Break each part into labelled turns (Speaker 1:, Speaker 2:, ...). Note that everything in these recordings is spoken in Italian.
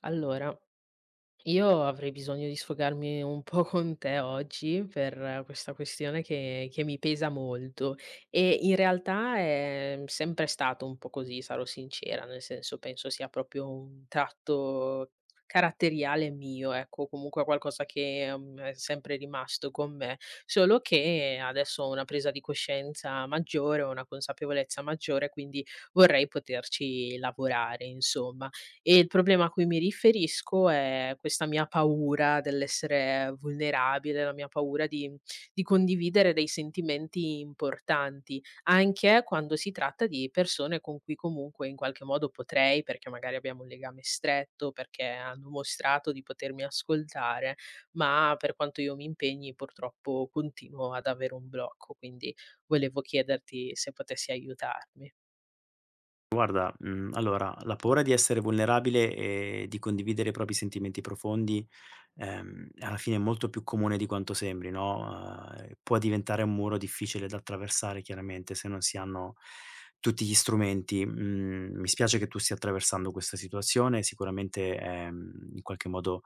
Speaker 1: Allora, io avrei bisogno di sfogarmi un po' con te oggi per questa questione che mi pesa molto e in realtà è sempre stato un po' così, sarò sincera, nel senso penso sia proprio un tratto caratteriale mio, ecco, comunque qualcosa che è sempre rimasto con me, solo che adesso ho una presa di coscienza maggiore, ho una consapevolezza maggiore, quindi vorrei poterci lavorare, insomma. E il problema a cui mi riferisco è questa mia paura dell'essere vulnerabile, la mia paura di condividere dei sentimenti importanti, anche quando si tratta di persone con cui comunque in qualche modo potrei, perché magari abbiamo un legame stretto, perché hanno mostrato di potermi ascoltare, ma per quanto io mi impegni purtroppo continuo ad avere un blocco, quindi volevo chiederti se potessi aiutarmi.
Speaker 2: Guarda, allora, la paura di essere vulnerabile e di condividere i propri sentimenti profondi, alla fine è molto più comune di quanto sembri, no, può diventare un muro difficile da attraversare chiaramente se non si hanno tutti gli strumenti. Mhmm, mi spiace che tu stia attraversando questa situazione, sicuramente è, in qualche modo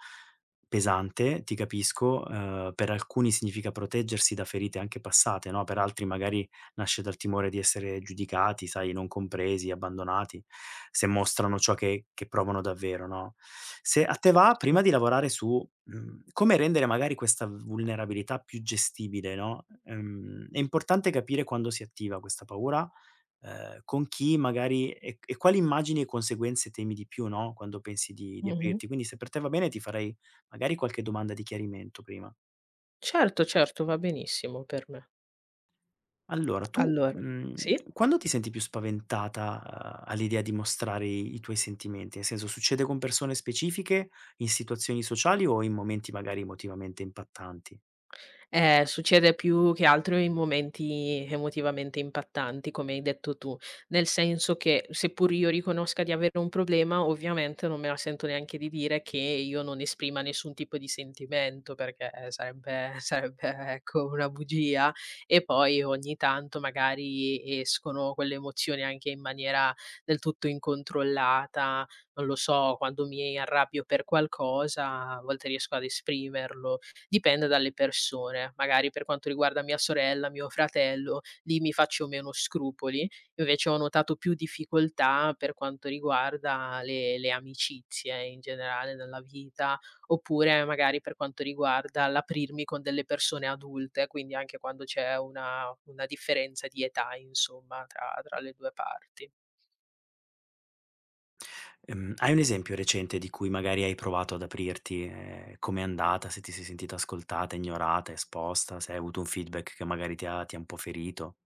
Speaker 2: pesante, ti capisco, per alcuni significa proteggersi da ferite anche passate, no, per altri magari nasce dal timore di essere giudicati, sai, non compresi, abbandonati, se mostrano ciò che provano davvero, no. Se a te va,
Speaker 1: Certo.
Speaker 2: prima di lavorare su, come rendere magari questa vulnerabilità più gestibile, no, è importante capire quando si attiva questa paura, con chi magari e quali immagini e conseguenze temi di più, no, quando pensi di
Speaker 1: Mh-mh.
Speaker 2: aprirti. Quindi se per te va bene ti farei magari qualche domanda di chiarimento prima.
Speaker 1: Certo, certo, va benissimo per me.
Speaker 2: Allora, tu,
Speaker 1: Allora, sì?
Speaker 2: quando ti senti più spaventata, all'idea di mostrare i tuoi sentimenti? Nel senso, succede con persone specifiche, in situazioni sociali o in momenti magari emotivamente impattanti?
Speaker 1: Succede più che altro in momenti emotivamente impattanti, come hai detto tu, nel senso che seppur io riconosca di avere un problema, ovviamente non me la sento neanche di dire che io non esprima nessun tipo di sentimento, perché sarebbe, sarebbe, ecco, una bugia. E poi ogni tanto magari escono quelle emozioni anche in maniera del tutto incontrollata. Non lo so, quando mi arrabbio per qualcosa, a volte riesco ad esprimerlo, dipende dalle persone. Magari per quanto riguarda mia sorella, mio fratello, lì mi faccio meno scrupoli, invece ho notato più difficoltà per quanto riguarda le amicizie in generale nella vita, oppure magari per quanto riguarda l'aprirmi con delle persone adulte, quindi anche quando c'è una differenza di età insomma tra le 2 parti.
Speaker 2: Hai un esempio recente di cui magari hai provato ad aprirti? Com'è andata? Se ti sei sentita ascoltata, ignorata, esposta, se hai avuto un feedback che magari ti ha un po' ferito?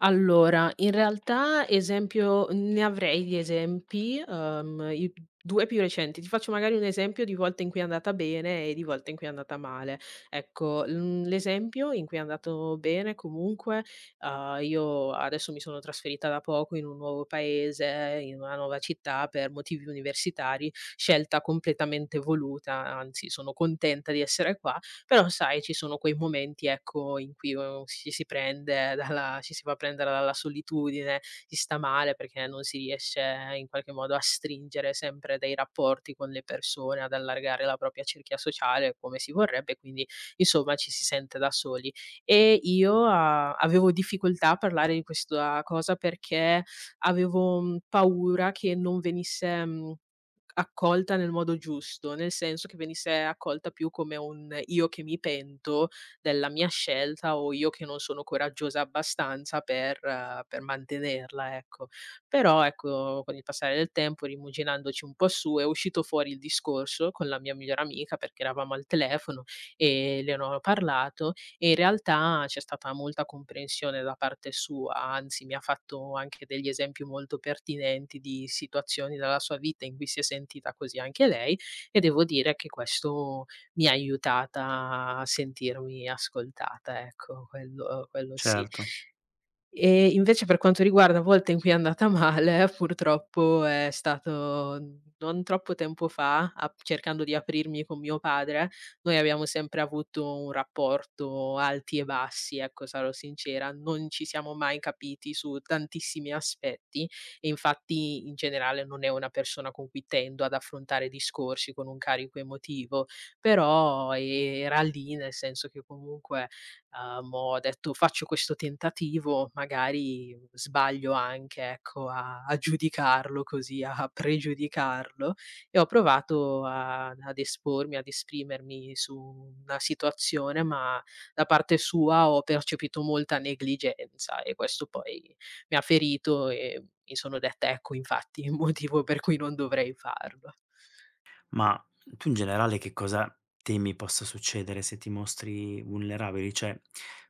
Speaker 1: Allora, in realtà esempio ne avrei di esempi, i 2 più recenti. Ti faccio magari un esempio di volte in cui è andata bene e di volte in cui è andata male. Ecco, l'esempio in cui è andato bene comunque, io adesso mi sono trasferita da poco in un nuovo paese, in una nuova città per motivi universitari, scelta completamente voluta, anzi sono contenta di essere qua, però sai, ci sono quei momenti, ecco, in cui, ci si fa prendere dalla solitudine, si sta male perché non si riesce in qualche modo a stringere sempre dei rapporti con le persone, ad allargare la propria cerchia sociale come si vorrebbe, quindi insomma ci si sente da soli. E io a avevo difficoltà a parlare di questa cosa perché avevo, paura che non venisse, mhmm accolta nel modo giusto, nel senso che venisse accolta più come un io che mi pento della mia scelta o io che non sono coraggiosa abbastanza per mantenerla, ecco. Però, ecco, con il passare del tempo, rimuginandoci un po' su, è uscito fuori il discorso con la mia migliore amica, perché eravamo al telefono e le ne ho parlato e in realtà c'è stata molta comprensione da parte sua, anzi mi ha fatto anche degli esempi molto pertinenti di situazioni della sua vita in cui si è sentita così anche lei e devo dire che questo mi ha aiutata a sentirmi ascoltata, ecco, quello sì.
Speaker 2: Certo.
Speaker 1: E invece per quanto riguarda volte in cui è andata male, purtroppo è stato non troppo tempo fa, ap cercando di aprirmi con mio padre, noi abbiamo sempre avuto un rapporto alti e bassi, ecco, sarò sincera, non ci siamo mai capiti su tantissimi aspetti e infatti in generale non è una persona con cui tendo ad affrontare discorsi con un carico emotivo, però era lì, nel senso che comunque, ho detto: "Faccio questo tentativo, magari sbaglio anche, ecco, a giudicarlo così, a pregiudicarlo", e ho provato a ad espormi, ad esprimermi su una situazione, ma da parte sua ho percepito molta negligenza e questo poi mi ha ferito e mi sono detta: "Ecco, infatti, il motivo per cui non dovrei farlo".
Speaker 2: Ma tu in generale che cosa temi possa succedere se ti mostri vulnerabile? Cioè,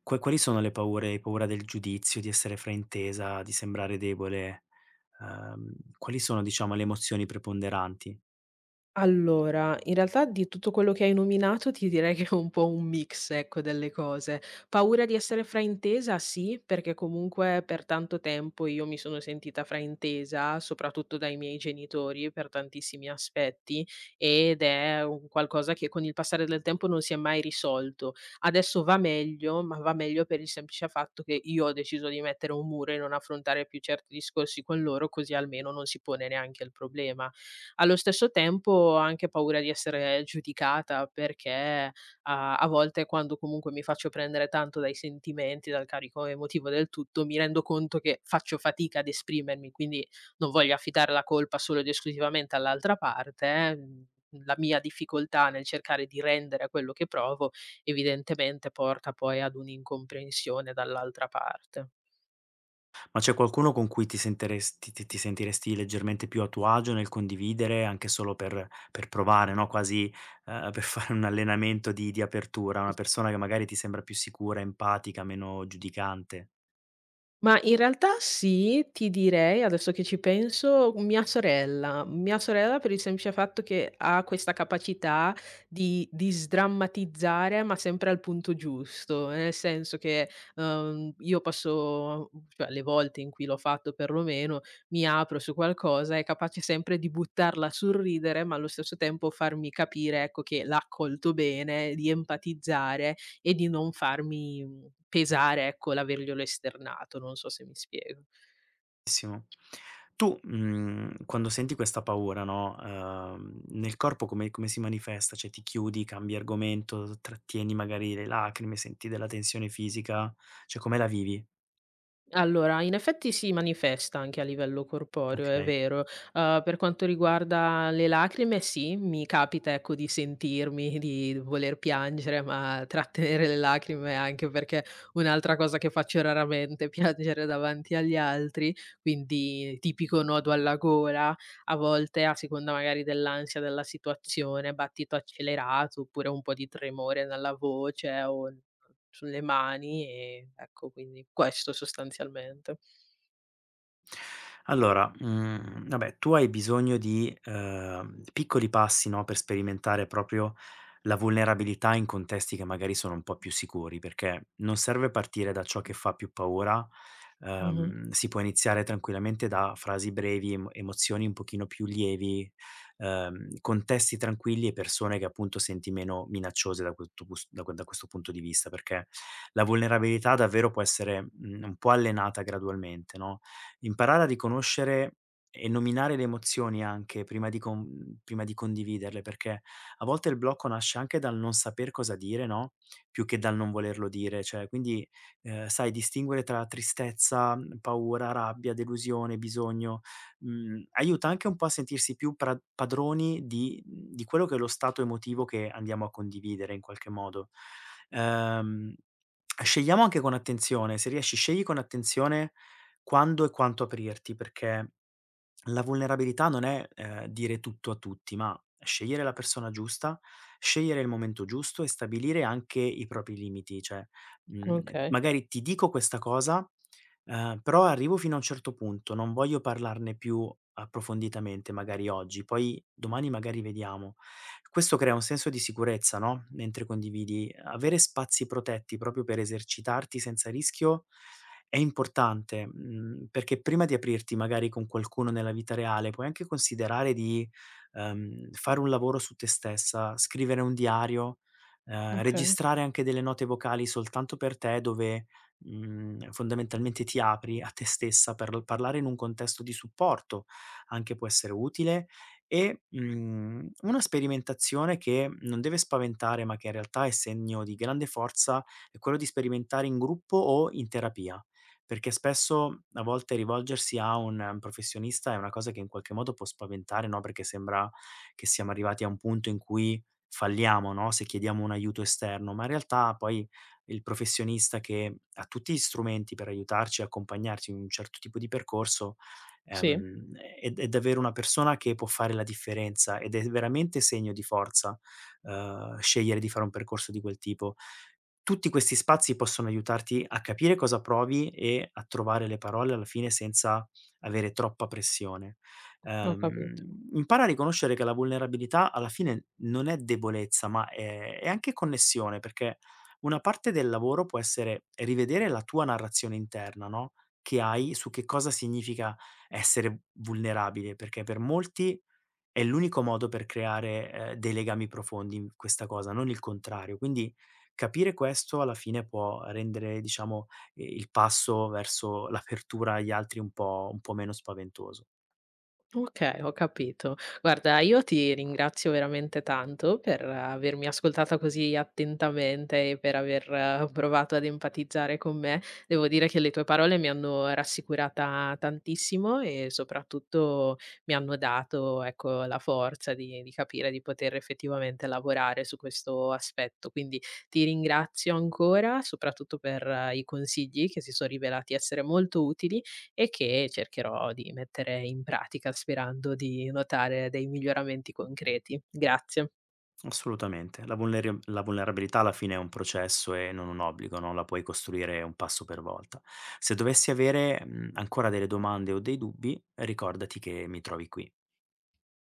Speaker 2: quali sono le paure? Hai paura del giudizio, di essere fraintesa, di sembrare debole? Ehm, quali sono, diciamo, le emozioni preponderanti?
Speaker 1: Allora, in realtà di tutto quello che hai nominato ti direi che è un po' un mix, ecco, delle cose. Paura di essere fraintesa, sì, perché comunque per tanto tempo io mi sono sentita fraintesa, soprattutto dai miei genitori per tantissimi aspetti, ed è un qualcosa che con il passare del tempo non si è mai risolto. Adesso va meglio, ma va meglio per il semplice fatto che io ho deciso di mettere un muro e non affrontare più certi discorsi con loro, così almeno non si pone neanche il problema. Allo stesso tempo ho anche paura di essere giudicata perché a volte quando comunque mi faccio prendere tanto dai sentimenti, dal carico emotivo del tutto, mi rendo conto che faccio fatica ad esprimermi, quindi non voglio affidare la colpa solo ed esclusivamente all'altra parte. Mhmm, la mia difficoltà nel cercare di rendere quello che provo, evidentemente porta poi ad un'incomprensione dall'altra parte.
Speaker 2: Ma c'è qualcuno con cui ti sentiresti leggermente più a tuo agio nel condividere, anche solo per provare, no, quasi, per fare un allenamento di apertura, una persona che magari ti sembra più sicura, empatica, meno giudicante?
Speaker 1: Ma in realtà sì, ti direi, adesso che ci penso, mia sorella. Mia sorella per il semplice fatto che ha questa capacità di sdrammatizzare, ma sempre al punto giusto. Nel senso che, io posso cioè le volte in cui l'ho fatto perlomeno, mi apro su qualcosa, è capace sempre di buttarla sul ridere, ma allo stesso tempo farmi capire, ecco, che l'ha accolto bene, di empatizzare e di non farmi pesare, ecco, l'averglielo esternato, non so se mi spiego.
Speaker 2: Simo. Tu, quando senti questa paura, no, nel corpo come si manifesta? Cioè ti chiudi, cambi argomento, trattieni magari le lacrime, senti della tensione fisica? Cioè come la vivi?
Speaker 1: Allora, in effetti si manifesta anche a livello corporeo, è
Speaker 2: Okay.
Speaker 1: vero. Per quanto riguarda le lacrime, sì, mi capita, ecco, di sentirmi, di voler piangere, ma trattenere le lacrime anche perché un'altra cosa che faccio raramente è piangere davanti agli altri, quindi tipico nodo alla gola, a volte a seconda magari dell'ansia della situazione, battito accelerato oppure un po' di tremore nella voce o sulle mani e ecco, quindi questo sostanzialmente.
Speaker 2: Allora, vabbè, tu hai bisogno di, piccoli passi, no, per sperimentare proprio la vulnerabilità in contesti che magari sono un po' più sicuri, perché non serve partire da ciò che fa più paura,
Speaker 1: Mh-mh.
Speaker 2: si può iniziare tranquillamente da frasi brevi, emozioni un pochino più lievi, contesti tranquilli e persone che appunto senti meno minacciose da questo pus da que da questo punto di vista, perché la vulnerabilità davvero può essere, un po' allenata gradualmente, no? Imparare a riconoscere e nominare le emozioni anche prima di condividerle, perché a volte il blocco nasce anche dal non saper cosa dire, no, più che dal non volerlo dire. Cioè, quindi, sai distinguere tra tristezza, paura, rabbia, delusione, bisogno, aiuta anche un po' a sentirsi più pra padroni di di quello che è lo stato emotivo che andiamo a condividere in qualche modo. Ehm, scegliamo anche con attenzione, se riesci scegli con attenzione quando e quanto aprirti, perché la vulnerabilità non è, dire tutto a tutti, ma scegliere la persona giusta, scegliere il momento giusto e stabilire anche i propri limiti. Cioè,
Speaker 1: Okay,
Speaker 2: magari ti dico questa cosa, però arrivo fino a un certo punto, non voglio parlarne più approfonditamente magari oggi, poi domani magari vediamo. Questo crea un senso di sicurezza, no, mentre condividi. Avere spazi protetti proprio per esercitarti senza rischio è importante, perché prima di aprirti magari con qualcuno nella vita reale, puoi anche considerare di, fare un lavoro su te stessa, scrivere un diario,
Speaker 1: okay,
Speaker 2: registrare anche delle note vocali soltanto per te dove, fondamentalmente ti apri a te stessa per parlare in un contesto di supporto, anche può essere utile e, una sperimentazione che non deve spaventare, ma che in realtà è segno di grande forza, è quello di sperimentare in gruppo o in terapia. Perché spesso a volte rivolgersi a un professionista è una cosa che in qualche modo può spaventare, no, perché sembra che siamo arrivati a un punto in cui falliamo, no, se chiediamo un aiuto esterno, ma in realtà poi il professionista che ha tutti gli strumenti per aiutarci e accompagnarci in un certo tipo di percorso,
Speaker 1: sì,
Speaker 2: ehm, è davvero una persona che può fare la differenza ed è veramente segno di forza, scegliere di fare un percorso di quel tipo. Tutti questi spazi possono aiutarti a capire cosa provi e a trovare le parole alla fine senza avere troppa pressione.
Speaker 1: ho
Speaker 2: Ehm,
Speaker 1: capito.
Speaker 2: impara a riconoscere che la vulnerabilità alla fine non è debolezza, ma è anche connessione, perché una parte del lavoro può essere rivedere la tua narrazione interna, no? Che hai su che cosa significa essere vulnerabile, perché per molti è l'unico modo per creare, dei legami profondi in questa cosa, non il contrario. Quindi capire questo alla fine può rendere, diciamo, i il passo verso l'apertura agli altri un po' meno spaventoso.
Speaker 1: Okay, ho capito. Guarda, io ti ringrazio veramente tanto per avermi ascoltata così attentamente e per aver provato ad empatizzare con me. Devo dire che le tue parole mi hanno rassicurata tantissimo e soprattutto mi hanno dato, ecco, la forza di capire di poter effettivamente lavorare su questo aspetto. Quindi ti ringrazio ancora, soprattutto per i consigli che si son rivelati essere molto utili e che cercherò di mettere in pratica sperando di notare dei miglioramenti concreti. Grazie.
Speaker 2: Assolutamente. La vulnerabilità alla fine è un processo e non un obbligo, no, la puoi costruire un passo per volta. Se dovessi avere, ancora delle domande o dei dubbi, ricordati che mi trovi qui.